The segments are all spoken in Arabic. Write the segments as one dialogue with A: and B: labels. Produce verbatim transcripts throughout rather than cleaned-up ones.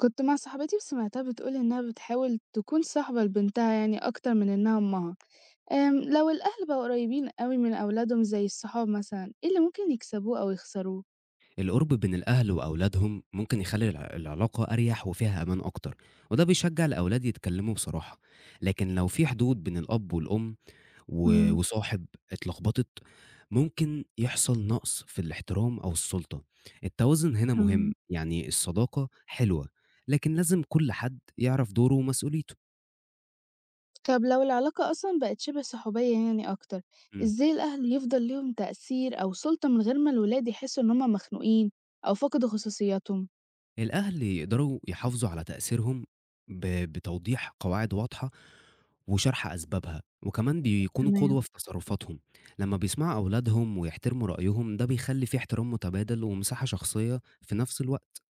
A: كنت مع صاحبتي وسمعتها بتقول إنها بتحاول تكون صاحبة لبنتها يعني أكتر من إنها أمها. أم لو الأهل بقوا قريبين قوي من أولادهم زي الصحاب مثلا، إيه اللي ممكن يكسبوه أو يخسروه؟
B: القرب بين الأهل وأولادهم ممكن يخلي الع- العلاقة أريح وفيها أمان أكتر، وده بيشجع الأولاد يتكلموا بصراحة. لكن لو في حدود بين الأب والأم و-
A: امم
B: وصاحب، اتلخبطت. ممكن يحصل نقص في الاحترام أو السلطة. التوازن هنا مهم،
A: تمام.
B: يعني الصداقة حلوة لكن لازم كل حد يعرف دوره ومسؤوليته.
A: طب لو العلاقة أصلا بقت شبه صحوبية يعني أكتر، إزاي الأهل يفضل ليهم تأثير أو سلطة من غير ما الولاد يحسوا إن هما مخنوقين أو فقدوا خصوصياتهم؟
B: الأهل يقدروا يحافظوا على تأثيرهم ب بتوضيح قواعد واضحة وشرح أسبابها، وكمان بيكونوا
A: تمام.
B: قدوة في تصرفاتهم. لمّا بيسمعوا أولادهم ويحترموا رأيهم، ده بيخلّي في احترام متبادل ومساحة شخصية في نفس الوقت.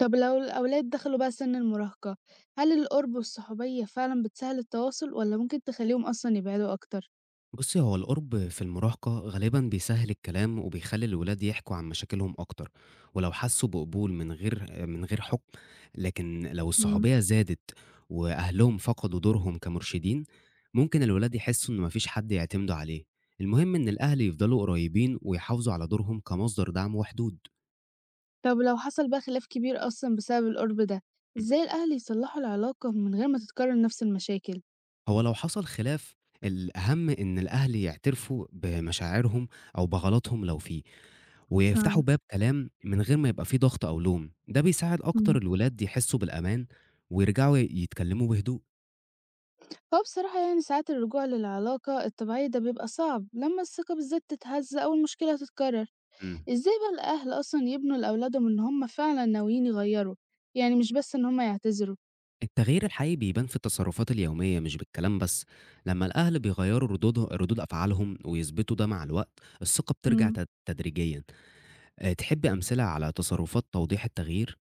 A: طب لو الأولاد دخلوا بقى سن المراهقة، هل القرب والصحوبية فعلا بتسهل التواصل ولا ممكن تخليهم أصلا يبعدوا أكتر؟
B: بُصّي، هو القُرب في المراهقة غالبًا بيسهِّل الكلام وبيخلّي الولاد يحكوا عن مشاكلهم أكتر، ولو حسّوا بقبول من غير من غير حُكم. لكن لو
A: إمم.
B: الصحوبية زادت وأهلهم فقدوا دورهم كمرشدين، ممكن الولاد يحسّوا إن ما فيش حد يعتمدوا عليه. المهم إن الأهل يفضلوا قريبين ويحافظوا على دورهم كمصدر دعم وحدود.
A: طب لو حصل بقى خلاف كبير أصلًا بسبب القُرب ده،
B: إمم.
A: إزاي الأهل يصلّحوا العلاقة من غير ما تتكرر نفس المشاكل؟
B: هو لو حصل خلاف، الأهم إن الأهل يعترفوا بمشاعرهم أو بغلطهم لو في، ويفتحوا
A: فعلًا،
B: باب كلام من غير ما يبقى فيه ضغط أو لوم. ده بيساعد أكتر
A: إمم.
B: الولاد يحسّوا بالأمان ويرجعوا يتكلموا بهدوء.
A: هو بصراحة يعني ساعات الرجوع للعلاقة الطبيعية ده بيبقى صعب لمّا الثقة بالذات تتهز أو المشكلة تتكرر،
B: امم.
A: إزاي بقى الأهل أصلًا يبنوا لأولادهم إن هم فعلًا ناويين يغيّروا، يعني مش بس إن هم يعتذروا؟
B: التغيير الحقيقي بيبان في التصرفات اليومية مش بالكلام بس. لمّا الأهل بيغيّروا ردودهم ردود أفعالهم ويثبتوا ده مع الوقت، الثقة بترجع
A: إمم.
B: تد تدريجيًا. آآ تحبّي أمثلة على تصرفات توضيح التغيير؟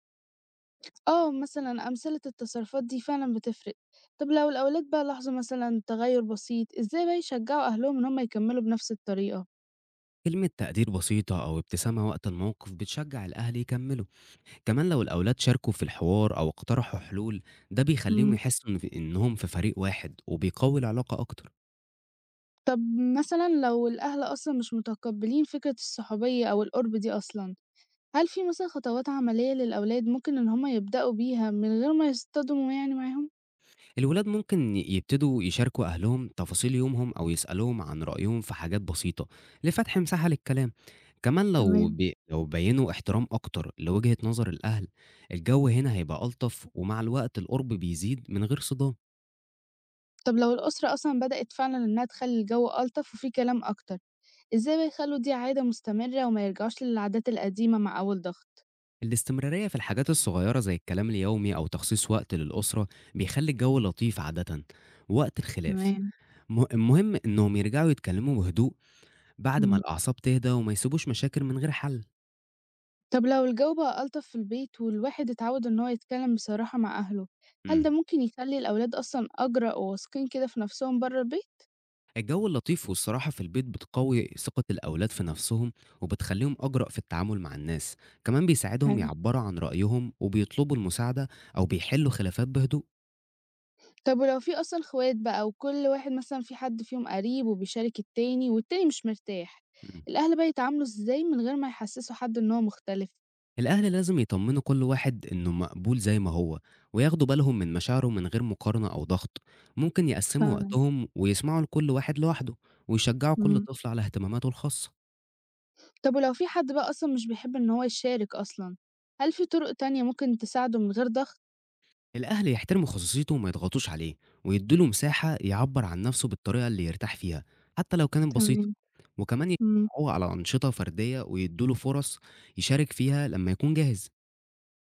A: آه، مثلًا أمثلة التصرفات دي فعلًا بتفرق. طب لو الأولاد بقى لاحظوا مثلًا تغيُّر بسيط، إزاي بقى يشجعوا أهلهم إن هم يكمّلوا بنفس الطريقة؟
B: كلمة تقدير بسيطة أو ابتسامة وقت الموقف بتشجّع الأهل يكمّلوا. كمان لو الأولاد شاركوا في الحوار أو اقترحوا حلول، ده بيخليهم
A: إمم.
B: يحسوا إن في- إنهم في فريق واحد وبيقوي العلاقة أكتر.
A: طب مثلًا لو الأهل أصلًا مش متقبلين فكرة الصحوبية أو القُرب دي أصلًا، هل في مثلًا خطوات عملية للأولاد ممكن إن هُم يبدأوا بيها من غير ما يصطدموا يعني معاهم؟
B: الولاد ممكن ي- يبتدوا يشاركوا أهلهم تفاصيل يومهم أو يسألوهم عن رأيهم في حاجات بسيطة لفتح مساحة للكلام. كمان لو
A: تمام.
B: بي... لو بينوا احترام أكتر لوجهة نظر الأهل، الجو هنا هيبقى ألطف ومع الوقت القرب بيزيد من غير صدام.
A: طب لو الأسرة أصلًا بدأت فعلًا إنها تخلّي الجو ألطف وفي كلام أكتر، إزاي بقى يخلّوا دي عادة مستمرة وما يرجعوش للعادات القديمة مع أول ضغط؟
B: الاستمرارية في الحاجات الصغيرة زي الكلام اليومي أو تخصيص وقت للأسرة بيخلي الجو لطيف عادة. وقت الخلاف،
A: تمام،
B: مه المهم إنّهم يرجعوا يتكلّموا بهدوء بعد ما
A: إمم.
B: الأعصاب تهدى وما يسيبوش مشاكل من غير حَل.
A: طب لو الجو بقى ألطف في البيت والواحد اتعوّد إن هو يتكلم بصراحة مع أهله، هل ده
B: إمم.
A: ممكن يخلّي الأولاد أصلًا أجرأ وواثقين كده في نَفْسهم برّه البيت؟
B: الجو اللطيف والصراحة في البيت بتقوّي ثقة الأولاد في نَفْسهم وبتخلّيهم أجرأ في التعامل مع الناس. كمان بيساعدهم
A: حلو.
B: يعبّروا عن رأيهم وبيطلبوا المساعدة أو بيحلّوا خلافات بهدوء.
A: طب ولو في أصلًا إخوات بقى وكل واحد مثلًا في حد فيهم قريب وبيشارك التاني والتاني مش مرتاح،
B: إمم.
A: الأهل بقى يتعاملوا إزاي من غير ما يحسسوا حد إن هو مختلف؟
B: الأهل لازم يطمّنوا كل واحد إنه مقبول زي ما هو وياخدوا بالهم من مشاعره من غير مقارنة أو ضغط. ممكن يقسّموا
A: فعلا.
B: وقتهم ويسمعوا لكل واحد لوحده ويشجّعوا كل
A: امم.
B: طفل على اهتماماته الخاصة.
A: طب ولو في حد بقى أصلًا مش بيحب إن هو يشارك أصلًا، هل في طرق تانية ممكن تساعده من غير ضغط؟
B: الأهل يحترموا خصوصيته وما يضغطوش عليه ويدوله مساحة يعبر عن نفسه بالطريقة اللي يرتاح فيها، حتى لو كانت بسيطة.
A: تمام.
B: وكمان
A: امم.
B: يشجعوه على أنشطة فردية ويدوله فرص يشارك فيها لما يكون جاهز.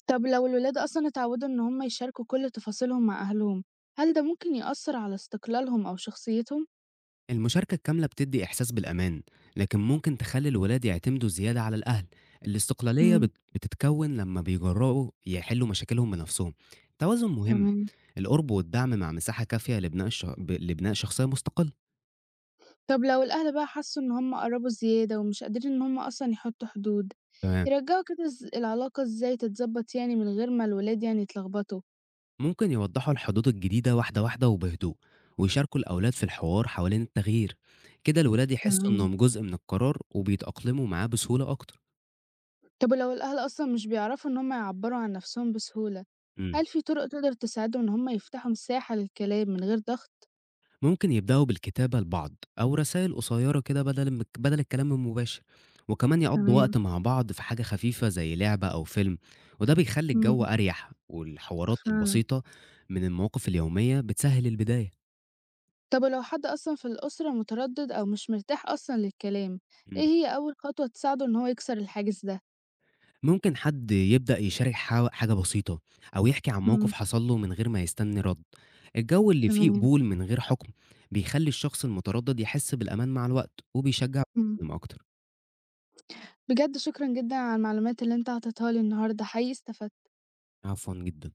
A: طب لو الولاد أصلًا اتعودوا إن هم يشاركوا كل تفاصيلهم مع أهلهم، هل ده ممكن يأثر على استقلالهم أو شخصيتهم؟
B: المشاركة الكاملة بتدي إحساس بالأمان، لكن ممكن تخلي الولاد يعتمدوا زيادة على الأهل. الاستقلالية
A: امم،
B: بت- بتتكون لما بيجرؤوا يحلوا مشاكلهم بنفسهم. التوازن مهم،
A: تمام.
B: القرب والدعم مع مساحة كافية لبناء الش... ب- لبناء شخصية مستقلة.
A: طب لو الأهل بقى حسوا إن هم قربوا زيادة ومش قادرين إن هم أصلًا يحطوا حدود،
B: تمام.
A: يرجعوا كده إز العلاقة إزاي تتضبط يعني من غير ما الولاد يعني يتلخبطوا؟
B: ممكن يوضحوا الحدود الجديدة واحدة واحدة وبهدوء ويشاركوا الأولاد في الحوار حوالين التغيير، كده الولاد يحسوا
A: تمام.
B: إنهم جزء من القرار وبيتأقلموا معاه بسهولة أكتر.
A: طب ولو الأهل أصلًا مش بيعرفوا إن هم يعبّروا عن نفسهم بسهولة،
B: مم.
A: هل في طرق تقدر تساعدهم إن هم يفتحوا مساحة للكلام من غير ضغط؟
B: ممكن يبدأوا بالكتابة لبعض أو رسائل قصيرة، كده بدل بدل الكلام المباشر. وكمان يقضوا
A: تمام.
B: وقت مع بعض في حاجة خفيفة زي لعبة أو فيلم، وده بيخلي الجو
A: إمم،
B: أريح والحوارات
A: فعلًا.
B: البسيطة من المواقف اليومية بتسهل البداية.
A: طب ولو حد أصلًا في الأسرة متردد أو مش مرتاح أصلًا للكلام، إيه
B: مم.
A: هي أول خطوة تساعده إن هو يكسر الحاجز ده؟
B: ممكن حد يبدأ يشارك حا حاجة بسيطة أو يحكي عن
A: إمم،
B: موقف حصل له من غير ما يستني رد. الجو اللي فيه
A: تمام،
B: قبول من غير حكم بيخلي الشخص المتردد يحس بالأمان، مع الوقت وبيشجع
A: إمم.
B: يتكلم أكتر.
A: بجد شكرًا جدًا على المعلومات اللي أنت اعطيتها لي النهارده، حقيقي استفدت.
B: عفوا جدا.